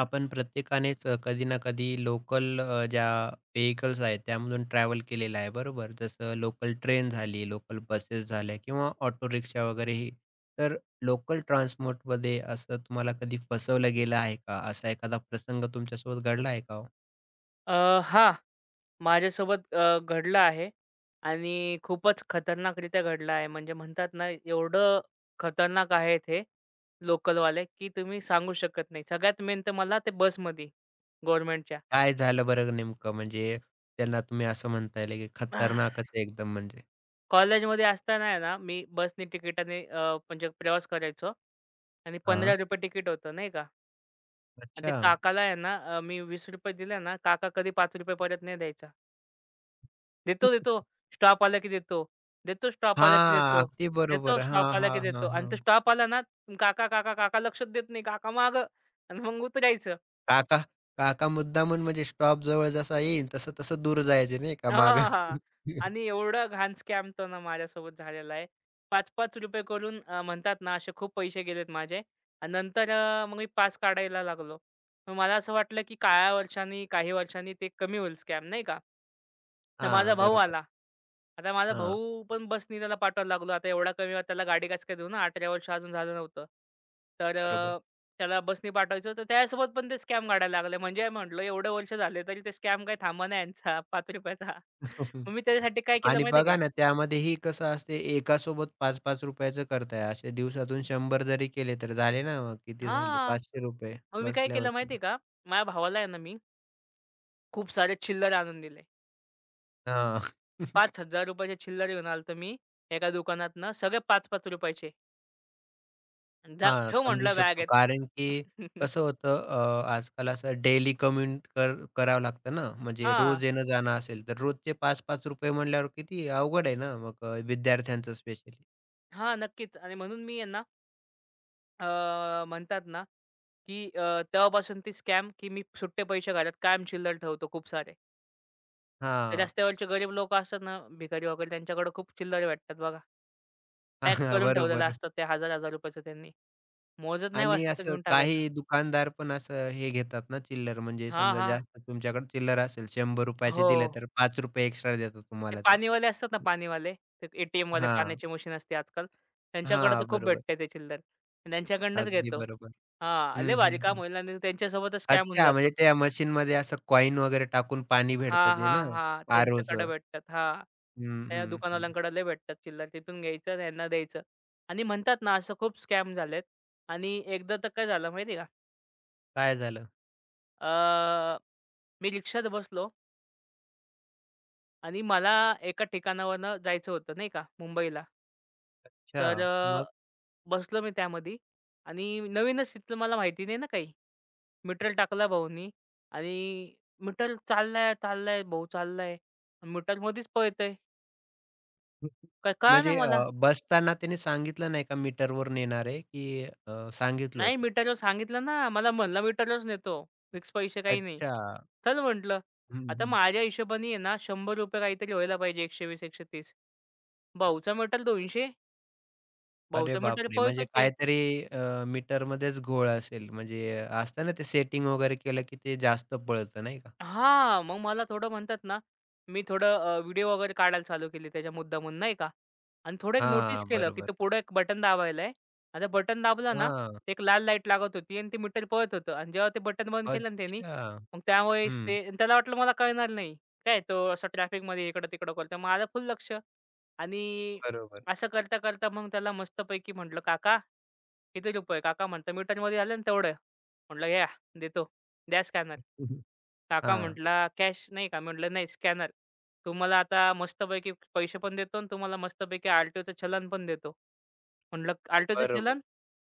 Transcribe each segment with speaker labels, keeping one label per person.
Speaker 1: आपण प्रत्येकानेच कधी ना कधी लोकल ज्या व्हेइकल्स आहेत त्यामधून ट्रॅव्हल केलेलं आहे बरोबर. जसं लोकल ट्रेन झाली, लोकल बसेस झाल्या किंवा ऑटो रिक्षा वगैरेही. तर लोकल ट्रान्सपोर्टमध्ये असं तुम्हाला कधी फसवलं गेलं आहे का? असा एखादा प्रसंग तुमच्यासोबत घडला आहे का हो?
Speaker 2: हां. माझ्यासोबत घडलं आहे आणि खूपच खतरनाकरीत्या घडलं आहे. म्हणजे म्हणतात ना, एवढं खतरनाक आहे ते लोकलवाले, की तुम्ही सांगू शकत नाही. सगळ्यात मेन तर मला ते बसमध्ये गव्हर्नमेंटच्या.
Speaker 1: काय झालं बरं नेमकं? म्हणजे त्यांना तुम्ही असं म्हणता येईल की खतरनाकच आहे एकदम म्हणजे.
Speaker 2: कॉलेजमध्ये असताना आहे ना, मी बसनी तिकिटाने म्हणजे प्रवास करायचो आणि
Speaker 1: हां,
Speaker 2: ₹15 तिकीट होतं नाही का. आणि ते
Speaker 1: अच्छा.
Speaker 2: काकाला आहे ना, मी ₹20 दिले ना, काका कधी ₹5 परत नाही द्यायचा. देतो, देतो. स्टॉप आला की देतो. देतो स्टॉप आला की
Speaker 1: हां,
Speaker 2: देतो.
Speaker 1: अगदी
Speaker 2: देतो
Speaker 1: बरोबर. हां,
Speaker 2: स्टॉप आला
Speaker 1: हां,
Speaker 2: की
Speaker 1: हां,
Speaker 2: देतो. आणि
Speaker 1: हां.
Speaker 2: तो स्टॉप आला ना, काका, काका, काका लक्षच देत नाही. काका मागं आणि मग उतरायचं.
Speaker 1: काका काका मुद्दामून म्हणजे स्टॉप जवळ जसा येईल, तसं-तसं दूर जायचे नाही का मागं.
Speaker 2: हां. आणि एवढा घाण स्कॅम तो ना माझ्यासोबत झालेला आहे. ₹5-5 करून म्हणतात ना, असे खूप पैसे गेलेत माझे. आणि नंतर मग मी पास काढायला लागलो. मग मला असं वाटलं की काही वर्षांनी ते कमी होईल स्कॅम नाही का? तर माझा
Speaker 1: हां,
Speaker 2: भाऊ
Speaker 1: बरोबर.
Speaker 2: आला. आता माझा
Speaker 1: हां,
Speaker 2: भाऊ पण बसनी त्याला पाठवायला लागलो. आता एवढा कमी वेळात त्याला गाडी कसं काय देऊ ना? 18 वर्ष अजून झालं नव्हतं. तर
Speaker 1: बरोबर.
Speaker 2: अ, त्याला बसनी पाठवायचं होतं. त्यासोबत पण ते स्कॅम काढायला लागले. म्हणजे म्हटलं एवढे वर्ष झाले तरी ते स्कॅम काही थांबना यांचा ₹5 चा. मग मी त्याच्यासाठी काय केलं
Speaker 1: आणि
Speaker 2: माहिती आहे
Speaker 1: बघा
Speaker 2: का?
Speaker 1: ना, त्यामध्येही कसं असते एकासोबत ₹5-5 करताय. असे दिवसातून 100 जरी केले तर झाले ना, मग किती झाले
Speaker 2: हां.
Speaker 1: ₹500
Speaker 2: मग मी काय केलं माहिती
Speaker 1: बसल्या-बसल्या.
Speaker 2: का? माझ्या भावाला आहे ना मी खूप सारे चिल्लर आणून दिले.
Speaker 1: हां.
Speaker 2: ₹5000 चे चिल्लर घेऊन आलो मी एका दुकानातनं. सगळे ₹5-5 चे. जा
Speaker 1: हां,
Speaker 2: ठेव
Speaker 1: समजू
Speaker 2: म्हटलं
Speaker 1: शकतो.
Speaker 2: बॅगेत.
Speaker 1: कारण की कसं होतं आजकाल असं डेली कम्युट करावं लागतं ना, म्हणजे
Speaker 2: हां.
Speaker 1: रोज येणं-जाणं असेल, तर रोजचे ₹5-5 म्हणल्यावर किती अवघड आहे ना, मग विद्यार्थ्यांचं स्पेशली.
Speaker 2: हां, नक्कीच आणि म्हणून मी यांना अ, म्हणतात ना, की तेव्हापासून ती स्कॅम, की मी सुट्टे पैसे घरात कायम चिल्लर ठेवतो खूप सारे. ते
Speaker 1: हां.
Speaker 2: रस्त्यावरचे गरीब लोकं असतात ना, भिकारी वगैरे त्यांच्याकडे खूप चिल्लर भेटतात बघा. पॅक
Speaker 1: हां,
Speaker 2: करून ठेवलेलं
Speaker 1: बरोबर.
Speaker 2: असतात ते हजार-हजार रुपयाचं त्यांनी. मोजत नाही
Speaker 1: आणि
Speaker 2: वाचायचं
Speaker 1: असं
Speaker 2: घेऊन टाकायचं.
Speaker 1: काही दुकानदार पण असं हे घेतात ना चिल्लर, म्हणजे
Speaker 2: हां,
Speaker 1: समजा
Speaker 2: हां.
Speaker 1: जास्त तुमच्याकडे चिल्लर असेल ₹100 चे
Speaker 2: हो.
Speaker 1: दिले, तर ₹5 एक्स्ट्रा देतो
Speaker 2: ते
Speaker 1: तुम्हाला ते.
Speaker 2: पाणीवाले असतात ना पाणीवाले, ते ए-टी-एमवाले
Speaker 1: हां.
Speaker 2: पाण्याची मशीन असते आजकाल. त्यांच्याकडे तर
Speaker 1: हां,
Speaker 2: खूप
Speaker 1: बरोबर.
Speaker 2: भेटते ते चिल्लर. त्यांच्याकडनंच
Speaker 1: अगदी
Speaker 2: घेतो.
Speaker 1: बरोबर.
Speaker 2: हां, लय
Speaker 1: हं,
Speaker 2: भारी
Speaker 1: हं,
Speaker 2: काम
Speaker 1: हं.
Speaker 2: होईल आणि त्यांच्यासोबतच स्कॅम होऊन
Speaker 1: अच्छा,
Speaker 2: जातो.
Speaker 1: म्हणजे त्या मशीनमध्ये असं कॉइन वगैरे टाकून पाणी
Speaker 2: हां,
Speaker 1: भेटतं ते
Speaker 2: हां,
Speaker 1: ना,
Speaker 2: हां. त्यांच्याकडे
Speaker 1: आर-ओचं.
Speaker 2: भेटतात. हां.
Speaker 1: हं,
Speaker 2: त्या
Speaker 1: हं, हं.
Speaker 2: दुकानवाल्यांकडे लय भेटतात चिल्लर. तिथून घ्यायचं आणि ह्यांना द्यायचं. आणि म्हणतात ना असं खूप स्कॅम झालेत. आणि एकदा तर काय झालं माहिती
Speaker 1: काय झालं?
Speaker 2: का? मी रिक्षात बसलो आणि मला एका ठिकाणावरनं जायचं होतं नाही का मुंबईला.
Speaker 1: अच्छा.
Speaker 2: तर
Speaker 1: मग?
Speaker 2: अ, बसलो मी त्यामध्ये आणि नवीनच तिथलं मला माहिती नाही ना काही. मीटर टाकला भाऊनी आणि मीटर चाललाय, चाललाय, भाऊ चाललाय. मीटरमध्येच पळतंय. काय कळेना
Speaker 1: म्हणजे
Speaker 2: मला.
Speaker 1: बसताना त्याने सांगितलं नाही का मीटरवर नेणार आहे, की सांगितलं
Speaker 2: नाही
Speaker 1: होतं?
Speaker 2: मीटरवर सांगितलं ना. मला म्हणला मीटरवरच नेतो. फिक्स पैसे काही नाही.
Speaker 1: अच्छा.
Speaker 2: चल म्हटलं.
Speaker 1: हं,
Speaker 2: आता
Speaker 1: हं.
Speaker 2: माझ्या हिशोबाने आहे ना ₹100 काहीतरी व्हायला पाहिजे. 120-130. भाऊचा मीटर 200.
Speaker 1: अरे
Speaker 2: भाऊचा मीटर
Speaker 1: बापरे! म्हणजे
Speaker 2: पळतोच आहे.
Speaker 1: काहीतरी मीटरमध्येच घोळ असेल. म्हणजे असतं ना ते सेटिंग वगैरे केलं, की ते जास्त पळतं नाही का?
Speaker 2: हां, मग मला थोडं म्हणतात ना, मी थोडं व्हिडिओ वगैरे काढायला चालू केली त्याच्या मुद्दामून नाही का. आणि थोडं एक नोटीस
Speaker 1: हां,
Speaker 2: केलं, की तो
Speaker 1: बरोबर.
Speaker 2: पुढे एक बटन दाबायला आहे. आता बटन दाबलं ना,
Speaker 1: हां.
Speaker 2: एक लाल लाईट लागत होती आणि ते मीटर पळत होतं आणि जेव्हा ते बटन बंद केलं ना त्यानी,
Speaker 1: अच्छा.
Speaker 2: मग त्यावेळेस
Speaker 1: हं.
Speaker 2: ते आणि त्याला वाटलं मला कळणार नाही. काय तो असं ट्रॅफिकमध्ये इकडं-तिकडं करतो. माझं फुल लक्ष आणि
Speaker 1: बरोबर.
Speaker 2: असं करता-करता मग त्याला मस्तपैकी म्हटलं, "काका, किती रुपये?" काका म्हणतो, "मीटरमध्ये आलं ना तेवढं." म्हटलं, "घ्या, देतो." द्या स्कॅनर. काका
Speaker 1: हां.
Speaker 2: म्हटला, "कॅश नाही का?" म्हटलं, "नाही स्कॅनर. तुम्हाला आता मस्तपैकी पैसे पण देतो आणि तुम्हाला मस्तपैकी आल्टोचं चलन पण देतो." म्हटलं, "आल्टोचं
Speaker 1: बरोबर,
Speaker 2: चलन?"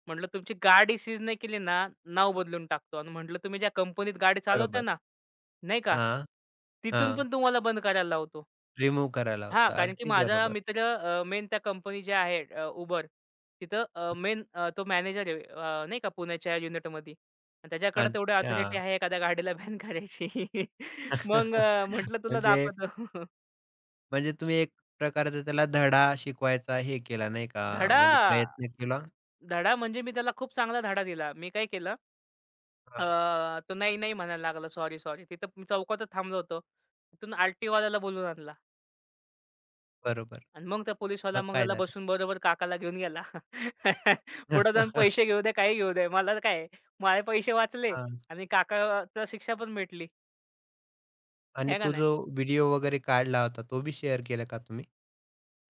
Speaker 2: म्हटलं, "तुमची गाडी सीज नाही केली ना, नाव बदलून टाकतो." आणि म्हटलं, "तुम्ही ज्या कंपनीत गाडी चालवता
Speaker 1: बरोबर.
Speaker 2: ना, नाही का,
Speaker 1: हां,
Speaker 2: तिथून
Speaker 1: हां.
Speaker 2: पण तुम्हाला बंद करायला लावतो."
Speaker 1: रिमूव्ह करायला
Speaker 2: हां,
Speaker 1: होता.
Speaker 2: कारण की
Speaker 1: अगदी
Speaker 2: माझा
Speaker 1: बरोबर.
Speaker 2: मित्र मेन त्या कंपनी जी आहे उबर Uber तिथं मेन तो मॅनेजर आहे नाही का पुण्याच्या युनिटमध्ये आणि त्याच्याकडे तेवढी
Speaker 1: अच्छा.
Speaker 2: ऑथॉरिटी आहे एखाद्या गाडीला बॅन करायची. मग म्हटलं तुला
Speaker 1: म्हणजे
Speaker 2: दाखवतो.
Speaker 1: म्हणजे तुम्ही एक प्रकारचा त्याला धडा शिकवायचा हे केला नाही का?
Speaker 2: धडा,
Speaker 1: म्हणजे प्रयत्न केला.
Speaker 2: धडा म्हणजे मी त्याला खूप चांगला धडा दिला. मी काय केलं अ,
Speaker 1: हां,
Speaker 2: तो नाही, नाही म्हणायला लागला, सॉरी, सॉरी. तिथं मी चौकातच थांबलो होतो. तिथून आर टी वाल्याला बोलवून आणला.
Speaker 1: बरोबर.
Speaker 2: आणि मग त्या पोलिसवाला
Speaker 1: मग
Speaker 2: मग
Speaker 1: काय
Speaker 2: त्याला
Speaker 1: झालं?
Speaker 2: बसून बरोबर काकाला घेऊन गेला. पुढे जाऊन पैसे घेऊ दे, काही घेऊ दे. मला काय, माझे पैसे वाचले
Speaker 1: हां.
Speaker 2: आणि काकाला शिक्षा पण भेटली.
Speaker 1: आणि
Speaker 2: आहे का
Speaker 1: तो
Speaker 2: नाही?
Speaker 1: जो व्हिडिओ वगैरे काढला होता तो बी शेअर केला का तुम्ही?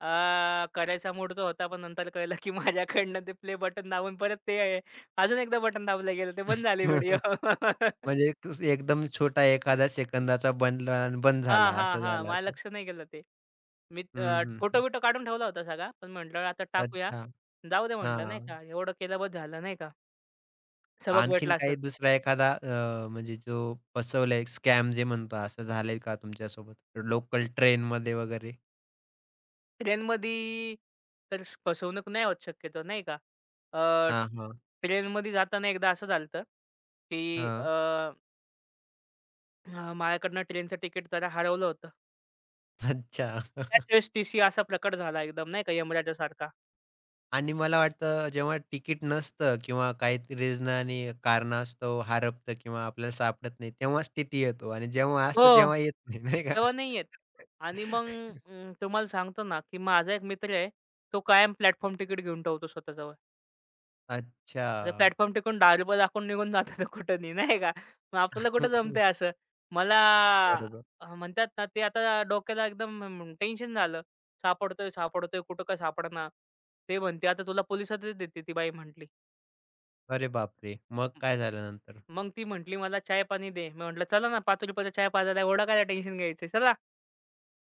Speaker 2: करायचा मूड तर होता, पण नंतर कळलं की माझ्याकडनं ते प्ले बटन दाबून परत ते आहे, अजून एकदा बटन दाबलं गेलं. ते बंद झाली व्हिडिओ.
Speaker 1: म्हणजे एक एकदम छोटा एखादा सेकंदाचा बनला आणि बंद
Speaker 2: हां,
Speaker 1: झाला
Speaker 2: हां,
Speaker 1: असं
Speaker 2: हां.
Speaker 1: झालं
Speaker 2: माझ्या
Speaker 1: असेल.
Speaker 2: लक्ष नाही गेलं ते. मी
Speaker 1: हं, हं, हं.
Speaker 2: फोटो-बिटो काढून ठेवला होता सगळा. पण म्हटलं आता टाकूया.
Speaker 1: अच्छा.
Speaker 2: जाऊ दे म्हटलं नाही
Speaker 1: हां.
Speaker 2: का, एवढं केलं बस झालं नाही का. सबक
Speaker 1: आणखीन
Speaker 2: भेटला असेल.
Speaker 1: काही दुसरा एखादा म्हणजे जो फसवलाय स्कॅम जे म्हणतो, असं झालंय का तुमच्यासोबत? लोकल ट्रेनमध्ये वगैरे?
Speaker 2: ट्रेनमध्ये तर फसवणूक नाही होत शक्यतो नाही का. अ,
Speaker 1: हां, हां.
Speaker 2: ट्रेनमध्ये जाताना एकदा असं झालं होतं, की
Speaker 1: हां.
Speaker 2: अ, अ, माझ्याकडनं ट्रेनचं तिकीट जरा हरवलं होतं.
Speaker 1: अच्छा.
Speaker 2: त्याच वेळेस टीसी असा प्रकट झाला एकदम नाही का यमराजासारखा.
Speaker 1: आणि मला वाटतं जेव्हा तिकीट नसतं किंवा काहीतरी रिझनाने कारणास्तव हरपतं किंवा आपल्याला सापडत नाही, तेव्हाच टीटी येतो आणि जेव्हा असतं
Speaker 2: हो,
Speaker 1: तेव्हा येत नाही, नाही का?
Speaker 2: तेव्हा नाही येत. आणि मग तुम्हाला सांगतो ना, की माझा एक मित्र आहे, तो कायम प्लॅटफॉर्म तिकीट घेऊन ठेवतो स्वतःजवळ.
Speaker 1: अच्छा.
Speaker 2: आता प्लॅटफॉर्म टिकून ₹10 दाखवून निघून जातो तो कुठेनी नाही नाही का? मग आपल्याला कुठं जमतंय असं. मला
Speaker 1: बरोबर.
Speaker 2: म्हणतात ना ते आता डोक्याला एकदम टेन्शन झालं. सापडतोय, सापडतोय कुठं काय सापडेना. ते म्हणते आता तुला पोलिसातच देते ती बाई म्हटली.
Speaker 1: अरे बापरे! मग काय झालं नंतर?
Speaker 2: मग ती म्हटली मला चाय-पाणी दे. मी म्हटलं चला ना ₹5 चा चहा पाजायला एवढं काय टेन्शन घ्यायचं चला.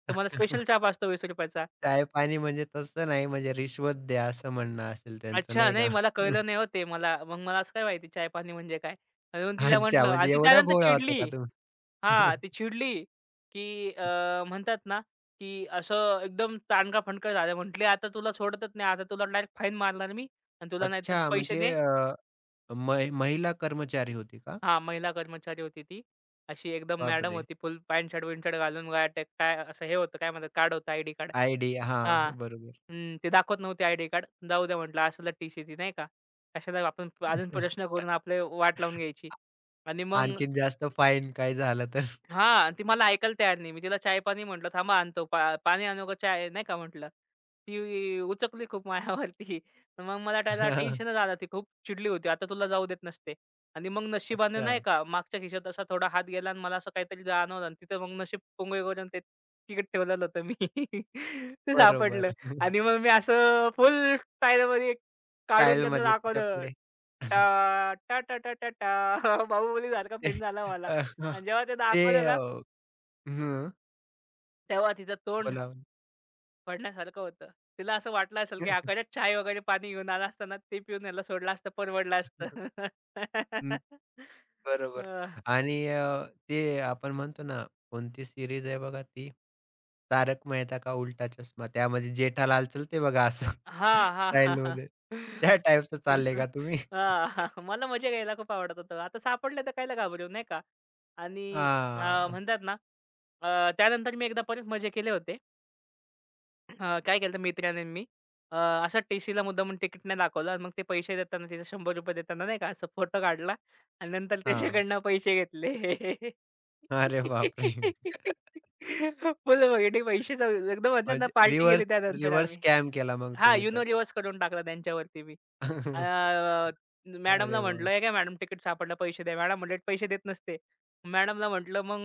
Speaker 2: तुम्हाला स्पेशल चहा पाजतो ₹20.
Speaker 1: चाय-पाणी म्हणजे तसं नाही, म्हणजे रिश्वत द्या असं म्हणणं असेल त्यांचं
Speaker 2: अच्छा.
Speaker 1: नाही
Speaker 2: नाही
Speaker 1: का?
Speaker 2: मला कळलं नाही हो ते मला. मग मला असं काय माहिती चहा-पाणी म्हणजे काय? आणि मग तिला
Speaker 1: अच्छा,
Speaker 2: म्हटलं आणि
Speaker 1: म्हणजे
Speaker 2: ती
Speaker 1: एवढा
Speaker 2: त्यानंतर
Speaker 1: भोळा होता
Speaker 2: चिडली.
Speaker 1: का तुम्ही?
Speaker 2: हां, ती चिडली, की म्हणतात ना, की असं एकदम तांडका-फंडका झालं. म्हटली, "आता तुला सोडतच नाही. आता तुला डायरेक्ट फाईन मारणार मी आणि तुला नाहीतर
Speaker 1: अच्छा,
Speaker 2: पैसे
Speaker 1: म्हणजे
Speaker 2: दे."
Speaker 1: महिला कर्मचारी होती का?
Speaker 2: हां, महिला कर्मचारी होती ती. अशी एकदम मॅडम
Speaker 1: बापरे!
Speaker 2: होती फुल पॅन्ट शर्ट-बिनशर्ट घालून, वया टे काय असं हे होतं काय म्हणतात कार्ड होतं आयडी कार्ड.
Speaker 1: आयडी
Speaker 2: हां.
Speaker 1: हां, बरोबर.
Speaker 2: हं. ते दाखवत नव्हते आयडी कार्ड. जाऊ द्या म्हटलं असलं टी-सीची नाही का. कशाला आपण अजून प्रश्न करून आपले वाट लावून घ्यायची. आणि मग
Speaker 1: आणखीन जास्त फाईन काही झालं तर.
Speaker 2: हां, ती मला ऐकायला तयार नाही. मी तिला चहा-पाणी म्हटलं, "थांबा आणतो. पाणी आणू का चाय?" नाही का म्हटलं. ती उचकली खूप मायावरती. मग मला त्याला टेन्शनच आलं. ती खूप चिडली होती. आता तुला जाऊ देत नसते. आणि मग नशिबाने
Speaker 1: अच्छा,
Speaker 2: नाही का मागच्या खिशात असा थोडा हात गेला आणि मला असं काहीतरी जाणवलं आणि तिथं मग नशीब पुंगळे करून ते तिकीट ठेवलेलं होतं मी. ते सापडलं
Speaker 1: बरोबर.
Speaker 2: आणि मग मी असं फुल स्टाईलमध्ये काढून त्यांना
Speaker 1: स्टाईलमध्ये
Speaker 2: दाखवलं.
Speaker 1: त्याच्यापुढे.
Speaker 2: टा टा टा टा टा टा बाहुबलीसारखा
Speaker 1: ते
Speaker 2: फिन झाला मला
Speaker 1: अ, हं,
Speaker 2: आणि जेव्हा ते
Speaker 1: ते
Speaker 2: दाखवलं ना
Speaker 1: हं,
Speaker 2: तेव्हा तिचं तोंड
Speaker 1: बोला.
Speaker 2: पडण्यासारखं होतं. तिला असं वाटलं असेल, की आकाशात चाय वगैरे पाणी घेऊन आला असता ना, ते पिऊन याला सोडलं असतं परवडलं असतं.
Speaker 1: बरोबर.
Speaker 2: अ,
Speaker 1: आणि ते आपण म्हणतो ना, कोणती सीरीज आहे बघा ती? तारक मेहता का उल्टा चष्मा. त्यामध्ये जेठालाल चलते बघा असं
Speaker 2: हां, हां, हां, हां.
Speaker 1: स्टाईलमध्ये. त्या टाईपचं
Speaker 2: हां,
Speaker 1: चाललंय का तुम्ही?
Speaker 2: हां. मला मजा घ्यायला खूप आवडत होतं. आता सापडले तर कायला घाबरू, नाही का? आणि
Speaker 1: हां,
Speaker 2: म्हणतात ना, त्यानंतर मी एकदा परत मजे केले होते. हां, काय केलं मित्राने आणि मी अ, असं टीसीला मुद्दामून तिकीट नाही दाखवलं आणि मग ते पैसे देताना तिथे ₹100 देताना नाही का असं फोटो काढला आणि नंतर
Speaker 1: हां.
Speaker 2: त्याच्याकडनं पैसे घेतले.
Speaker 1: अरे बापरे!
Speaker 2: फुल बघितली पैसे एकदम म्हणतात ना
Speaker 1: म्हणजे
Speaker 2: पार्टी केली
Speaker 1: रिव्हर्स
Speaker 2: त्यानंतर
Speaker 1: रिव्हर्स
Speaker 2: आम्ही.
Speaker 1: स्कॅम केला मग
Speaker 2: हां,
Speaker 1: तुम्ही तर.
Speaker 2: युनो रिव्हर्स करून टाकला त्यांच्यावरती मी. अ,
Speaker 1: अरे
Speaker 2: मॅडमला
Speaker 1: वाह!
Speaker 2: म्हटलं, "हे घ्या मॅडम तिकीट सापडलं, पैसे द्या." मॅडम म्हटले, "पैसे देत नसते." मॅडमला म्हटलं, "मग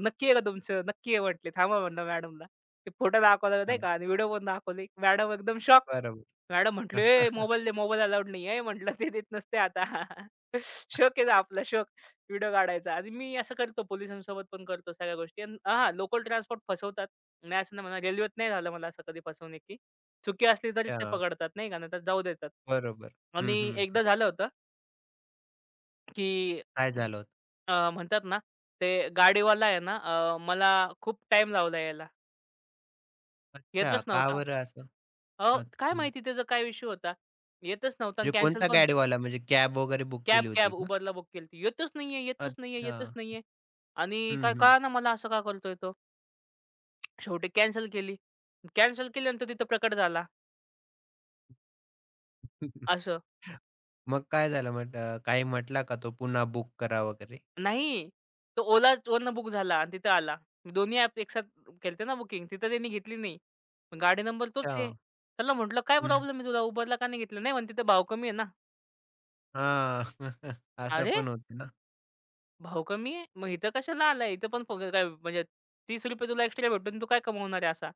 Speaker 2: नक्की आहे का तुमचं?" "नक्की आहे" म्हटले. "थांबा" म्हटलं मॅडमला. ते फोटो दाखवला नाही
Speaker 1: हां,
Speaker 2: का आणि व्हिडिओ पण दाखवली. मॅडम एकदम शॉक.
Speaker 1: बरोबर.
Speaker 2: मॅडम म्हटले, "ए मोबाईल दे, मोबाईल अलाउड नाही आहे." म्हटलं, "ते देत नसते आता." शोक आहे आपला शोक व्हिडिओ काढायचा आणि मी असं करतो पोलिसांसोबत पण करतो सगळ्या गोष्टी आणि हां, लोकल ट्रान्सपोर्ट फसवतात. मी असं नाही म्हणणार रेल्वेत नाही झालं मला असं कधी फसवणुकी. चुकी असली तरीच ते
Speaker 1: अच्छा,
Speaker 2: पकडतात नाही का, नाहीतर जाऊ देतात.
Speaker 1: बरोबर. हं,
Speaker 2: आणि
Speaker 1: हं.
Speaker 2: एकदा झालं होतं, की
Speaker 1: काय झालं होतं?
Speaker 2: म्हणतात ना, ते गाडीवाला आहे ना मला खूप टाईम लावला यायला.
Speaker 1: अच्छा,
Speaker 2: येतच
Speaker 1: का
Speaker 2: नव्हता.
Speaker 1: बरं असं?
Speaker 2: अहो, काय
Speaker 1: अच्छा.
Speaker 2: माहिती त्याचा काय इश्यू होता. येतच नव्हता
Speaker 1: म्हणजे
Speaker 2: कॅन्सल
Speaker 1: कोणता
Speaker 2: पण
Speaker 1: गाडीवाला म्हणजे कॅब वगैरे बुक
Speaker 2: कॅब,
Speaker 1: केली
Speaker 2: कॅब
Speaker 1: होती?
Speaker 2: Uberला बुक केली होती. येतच नाहीये, येतच नाहीये,
Speaker 1: अच्छा.
Speaker 2: येतच नाहीये. आणि
Speaker 1: हं,
Speaker 2: काय
Speaker 1: हं.
Speaker 2: कळेना मला असं का करतोय तो. शेवटी कॅन्सल केली. कॅन्सल केल्यानंतर तिथं प्रकट झाला असं.
Speaker 1: मग काय झालं मग काही म्हटला का तो पुन्हा बुक करा वगैरे?
Speaker 2: नाही, तो Olaवरनं बुक झाला आणि तिथं आला. दोन्ही ॲप एकसाथ केलते ना बुकिंग. तिथं त्यांनी घेतली नाही. पण गाडी नंबर
Speaker 1: अच्छा.
Speaker 2: तोच आहे. त्याला म्हटलं, "काय
Speaker 1: हं.
Speaker 2: प्रॉब्लेम आहे तुला? Uberला का नाही घेतलं?" नाही म्हणे, "तिथं भाव कमी आहे ना."
Speaker 1: हां. असं
Speaker 2: "अरे,
Speaker 1: पण होतं ना.
Speaker 2: भाव कमी आहे? मग इथं कशाला आलाय? इथं पण फुकट काय म्हणजे ₹30 तुला एक्स्ट्रा भेटून तू काय कमवणार आहे असा?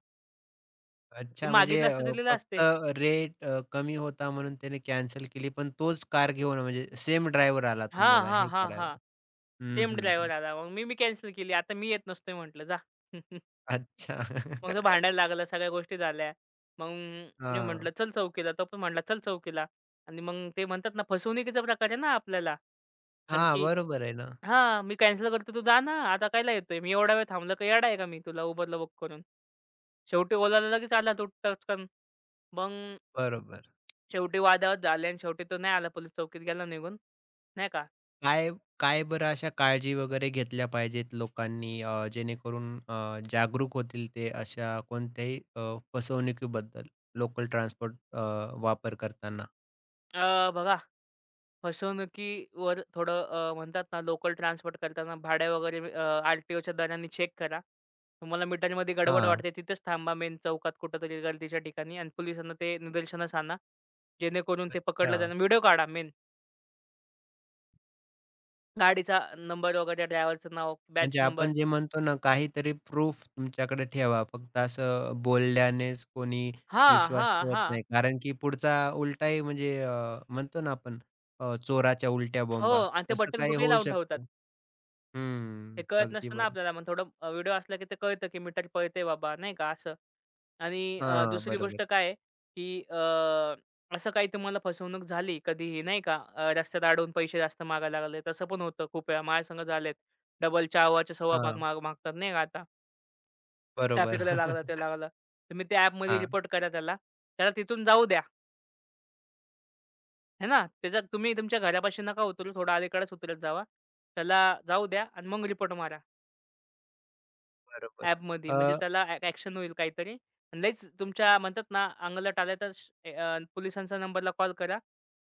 Speaker 2: ते
Speaker 1: अच्छा म्हणजे
Speaker 2: मागितलं असतं तर
Speaker 1: फक्त
Speaker 2: असते."
Speaker 1: रेट कमी होता म्हणून त्याने कॅन्सल केली, पण तोच कार घेऊन म्हणजे सेम ड्रायव्हर आला
Speaker 2: हां,
Speaker 1: तुम्हाला
Speaker 2: हां,
Speaker 1: हे
Speaker 2: हां,
Speaker 1: करायला.
Speaker 2: हां.
Speaker 1: हं,
Speaker 2: सेम
Speaker 1: हं, हं.
Speaker 2: ड्रायव्हर आला. मग मी मी कॅन्सल केली. आता मी येत नसतोय म्हटलं जा.
Speaker 1: अच्छा.
Speaker 2: मग तो भांडायला लागला. सगळ्या गोष्टी झाल्या. मग मी
Speaker 1: हां.
Speaker 2: म्हटलं चल चौकीला. तो पण म्हटला चल चौकीला. आणि मग ते म्हणतात ना फसवणुकीचा प्रकार आहे ना आपल्याला. कारण
Speaker 1: हां,
Speaker 2: की
Speaker 1: बरोबर आहे ना.
Speaker 2: हां, मी कॅन्सल करतो तू जा ना. आता कायला येतोय? मी एवढा वेळ थांबलं का येडा आहे का मी तुला Uberला बुक करून? शेवटी Olaला लगेच आला तो टचकन. मग
Speaker 1: बरोबर.
Speaker 2: शेवटी वादावाद झाले आणि शेवटी तो नाही आला पोलीस चौकीत गेला निघून. नाही का?
Speaker 1: काय काय बरं अशा काळजी वगैरे घेतल्या पाहिजेत लोकांनी जेणेकरून जागरूक होतील ते अशा कोणत्याही फसवणुकीबद्दल लोकल ट्रान्सपोर्ट वापर करताना?
Speaker 2: बघा फसवणुकीवर थोडं म्हणतात ना, लोकल ट्रान्सपोर्ट करताना भाडे वगैरे आर टी दराने चेक करा. तुम्हाला मीटरमध्ये गडबड
Speaker 1: हां,
Speaker 2: वाटते तिथेच थांबा मेन चौकात कुठेतरी गर्दीच्या ठिकाणी आणि पोलिसांना ते निदर्शनास आणा. जेणेकरून ते पकडलं
Speaker 1: हां.
Speaker 2: जाणार व्हिडिओ काढा मेन. गाडीचा नंबर वगैरे, ड्रायव्हरचं नाव, बॅच
Speaker 1: म्हणजे
Speaker 2: नंबर.
Speaker 1: आपण जे म्हणतो ना काहीतरी प्रूफ तुमच्याकडे ठेवा. फक्त असं बोलल्यानेच कोणी
Speaker 2: हां,
Speaker 1: विश्वास
Speaker 2: हां,
Speaker 1: ठेवत
Speaker 2: हां.
Speaker 1: नाही. कारण की पुढचा उलटाही म्हणजे म्हणतो ना आपण चोराच्या उलट्या
Speaker 2: हो
Speaker 1: बोंबा.
Speaker 2: आणि ते
Speaker 1: तसं
Speaker 2: बटन
Speaker 1: काही
Speaker 2: कुठेही
Speaker 1: होऊ
Speaker 2: लावून ठेवतात.
Speaker 1: शकतं. हं,
Speaker 2: ते कळत
Speaker 1: अगदी
Speaker 2: नसतं ना
Speaker 1: बरोबर.
Speaker 2: आपल्याला. मग थोडं व्हिडिओ असला की ते कळतं की मीटर पळतंय बाबा, नाही का असं. आणि
Speaker 1: हां,
Speaker 2: दुसरी
Speaker 1: बरोबर.
Speaker 2: गोष्ट काय आहे, की असं काही तुम्हाला फसवणूक झाली कधीही नाही का, रस्त्यात अडवून पैसे जास्त मागायला लागले. तसं पण होतं खूप वेळा माझ्यासंग झालेत. डबल चावाच्या सव्वा भाग
Speaker 1: हां.
Speaker 2: माग मागतात नाही का आता.
Speaker 1: बरोबर.
Speaker 2: ट्रॅफिकला लागला, ते लागला. तुम्ही त्या ॲपमध्ये
Speaker 1: हां,
Speaker 2: रिपोर्ट करा त्याला. त्याला तिथून जाऊ द्या, है ना. त्याच्यात तुम्ही तुमच्या घरापाशी नका उतरू. थोडं अलीकडेच उतरत जावा. त्याला जाऊ द्या आणि मग रिपोर्ट मारा.
Speaker 1: बरोबर.
Speaker 2: ॲपमध्ये
Speaker 1: अ,
Speaker 2: म्हणजे त्याला ॲक्शन होईल काहीतरी. आणि लईच तुमच्या म्हणतात ना, अंगलट आले तर पोलिसांच्या नंबरला कॉल करा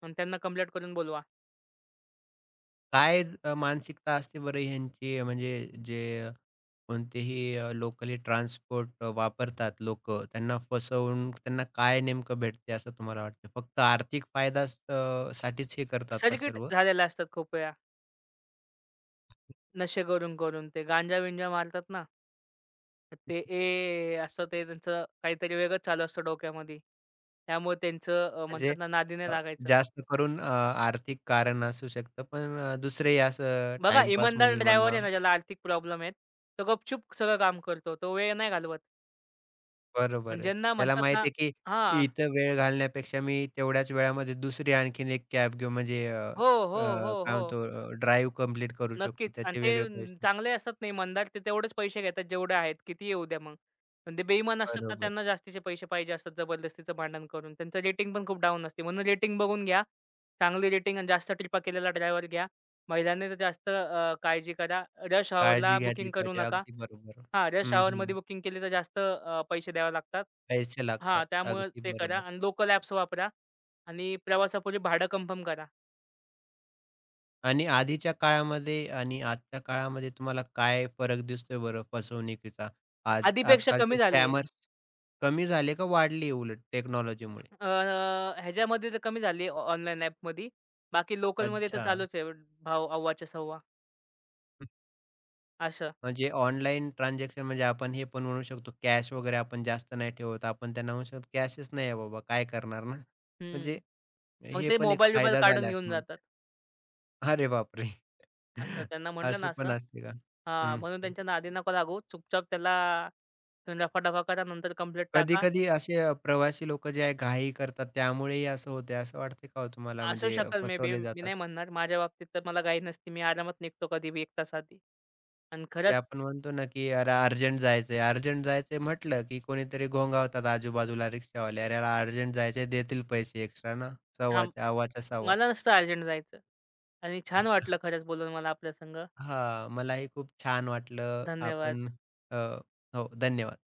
Speaker 2: आणि त्यांना कंप्लेंट करून बोलवा.
Speaker 1: काय मानसिकता असते बरं ह्यांची म्हणजे जे कोणतेही लोकली ट्रान्सपोर्ट वापरतात लोकं, त्यांना फसवून त्यांना काय नेमकं भेटते असं तुम्हाला वाटतं? फक्त आर्थिक फायदाच साठीच हे करतात का
Speaker 2: सर्किट
Speaker 1: सर्व?
Speaker 2: झालेल्या असतात खूप वेळा नशे करून-करून. ते गांजा-विंजा मारतात ना, ते "ए" असतं ते त्यांचं काहीतरी वेगळंच चालू असतं डोक्यामध्ये. त्यामुळे त्यांचं
Speaker 1: म्हणजे
Speaker 2: म्हणतात ना, नादी नाही
Speaker 1: अ,
Speaker 2: लागायचं.
Speaker 1: जास्त करून आर्थिक कारण असू शकतं, पण दुसरेही असं
Speaker 2: बघा
Speaker 1: टाईमपास
Speaker 2: इमानदार
Speaker 1: म्हणून
Speaker 2: ड्रायव्हर
Speaker 1: म्हणा.
Speaker 2: आहे ना, ज्याला आर्थिक प्रॉब्लेम आहेत, तो गपचूप सगळं काम करतो. तो वेळ नाही घालवत.
Speaker 1: बरोबर
Speaker 2: पण
Speaker 1: आहे.
Speaker 2: ज्यांना
Speaker 1: त्याला
Speaker 2: म्हणतात ना
Speaker 1: माहिती आहे की
Speaker 2: हां.
Speaker 1: इथं वेळ घालण्यापेक्षा मी तेवढ्याच वेळामध्ये दुसरी आणखीन एक कॅब घेऊ म्हणजे
Speaker 2: हो, हो, हो,
Speaker 1: काय
Speaker 2: हो.
Speaker 1: म्हणतो ड्राईव्ह कंप्लीट करू शकतो.
Speaker 2: नक्कीच. आणि
Speaker 1: त्याचे
Speaker 2: ते
Speaker 1: वेगळे पैसे.
Speaker 2: चांगले असतात नाही मंदार ते तेवढेच पैसे घेतात जेवढे आहेत. किती येऊ द्या मग. पण ते बेईमान असतात ना
Speaker 1: बरोबर.
Speaker 2: त्यांना जास्तीचे पैसे पाहिजे असतात जबरदस्तीचं भांडण करून. त्यांचं रेटिंग पण खूप डाऊन असते. म्हणून रेटिंग बघून घ्या. चांगली रेटिंग आणि जास्त ट्रिपा केलेला ड्रायव्हर घ्या. महिलांनी तर जास्त काळजी करा. रश हॉवरला
Speaker 1: काळजी घेतली
Speaker 2: बुकिंग करू
Speaker 1: पाहिजे.
Speaker 2: नका.
Speaker 1: अगदी बरोबर.
Speaker 2: हां, रश
Speaker 1: हं, हं.
Speaker 2: हॉवरमध्ये बुकिंग केली तर जास्त पैसे द्यावे लागतात.
Speaker 1: पैसे
Speaker 2: हां,
Speaker 1: लागतात.
Speaker 2: त्यामुळे
Speaker 1: अगदी
Speaker 2: ते करा
Speaker 1: बरोबर.
Speaker 2: आणि लोकल ॲप्स वापरा आणि प्रवासापूर्वी भाडं कन्फर्म करा.
Speaker 1: आणि आधीच्या काळामध्ये आणि आजच्या काळामध्ये तुम्हाला काय फरक दिसतोय बरं फसवणुकीचा? आज
Speaker 2: आधीपेक्षा कमी
Speaker 1: आजकालचे
Speaker 2: झाली.
Speaker 1: स्कॅमर्स कमी झाले का वाढली उलट टेक्नॉलॉजीमुळे?
Speaker 2: अ, ह्याच्यामध्ये तर कमी झाली ऑनलाईन ॲपमध्ये. बाकी लोकलमध्ये तर
Speaker 1: अच्छा.
Speaker 2: चालूच आहे भाव अव्वाच्या सव्वा असं.
Speaker 1: म्हणजे ऑनलाईन ट्रान्झॅक्शन म्हणजे आपण हे पण म्हणू शकतो कॅश वगैरे आपण जास्त नाही ठेवत. आपण त्यांना म्हणू शकतो कॅशच नाही आहे बाबा काय करणार ना.
Speaker 2: हं.
Speaker 1: म्हणजे
Speaker 2: मग
Speaker 1: हे
Speaker 2: ते
Speaker 1: पण एक
Speaker 2: मोबाईल-बिबाईल
Speaker 1: फायदा
Speaker 2: काढून
Speaker 1: झाला
Speaker 2: घेऊन
Speaker 1: असं
Speaker 2: जातात.
Speaker 1: म्हणता. अरे बापरे!
Speaker 2: असं त्यांना म्हटलं ना
Speaker 1: असं पण
Speaker 2: असं
Speaker 1: असते का?
Speaker 2: हां,
Speaker 1: हं.
Speaker 2: म्हणून त्यांच्या नादी नको लागू. चुपचाप त्याला रफादफा करा नंतर कंप्लेंट टाका.
Speaker 1: कधी-कधी असे प्रवासी लोकं जे आहे घाई करतात त्यामुळेही असं होते असं वाटते का हो तुम्हाला
Speaker 2: असू
Speaker 1: म्हणजे
Speaker 2: शकेल मे बी
Speaker 1: फसवले
Speaker 2: मी
Speaker 1: जातात?
Speaker 2: नाही म्हणणार. माझ्या बाबतीत तर मला घाई नसते. मी आरामात निघतो कधीबी 1 तास आधी. आणि
Speaker 1: जे
Speaker 2: खरंच
Speaker 1: आपण म्हणतो ना, की "अरे अर्जंट जायचंय." अर्जंट जायचंय म्हटलं, की कोणीतरी घोंगावतात आजूबाजूला रिक्षावाले. "अरे अर्जंट जायचंय देतील पैसे एक्स्ट्रा ना,
Speaker 2: हां,
Speaker 1: सव्वाच्या अव्वाच्या सव्वा."
Speaker 2: मला नसतं अर्जंट जायचं. आणि छान वाटलं खरंच बोलून मला आपल्या संग.
Speaker 1: हां, मलाही खूप छान वाटलं.
Speaker 2: धन्यवाद.
Speaker 1: आपण अ, हो, धन्यवाद.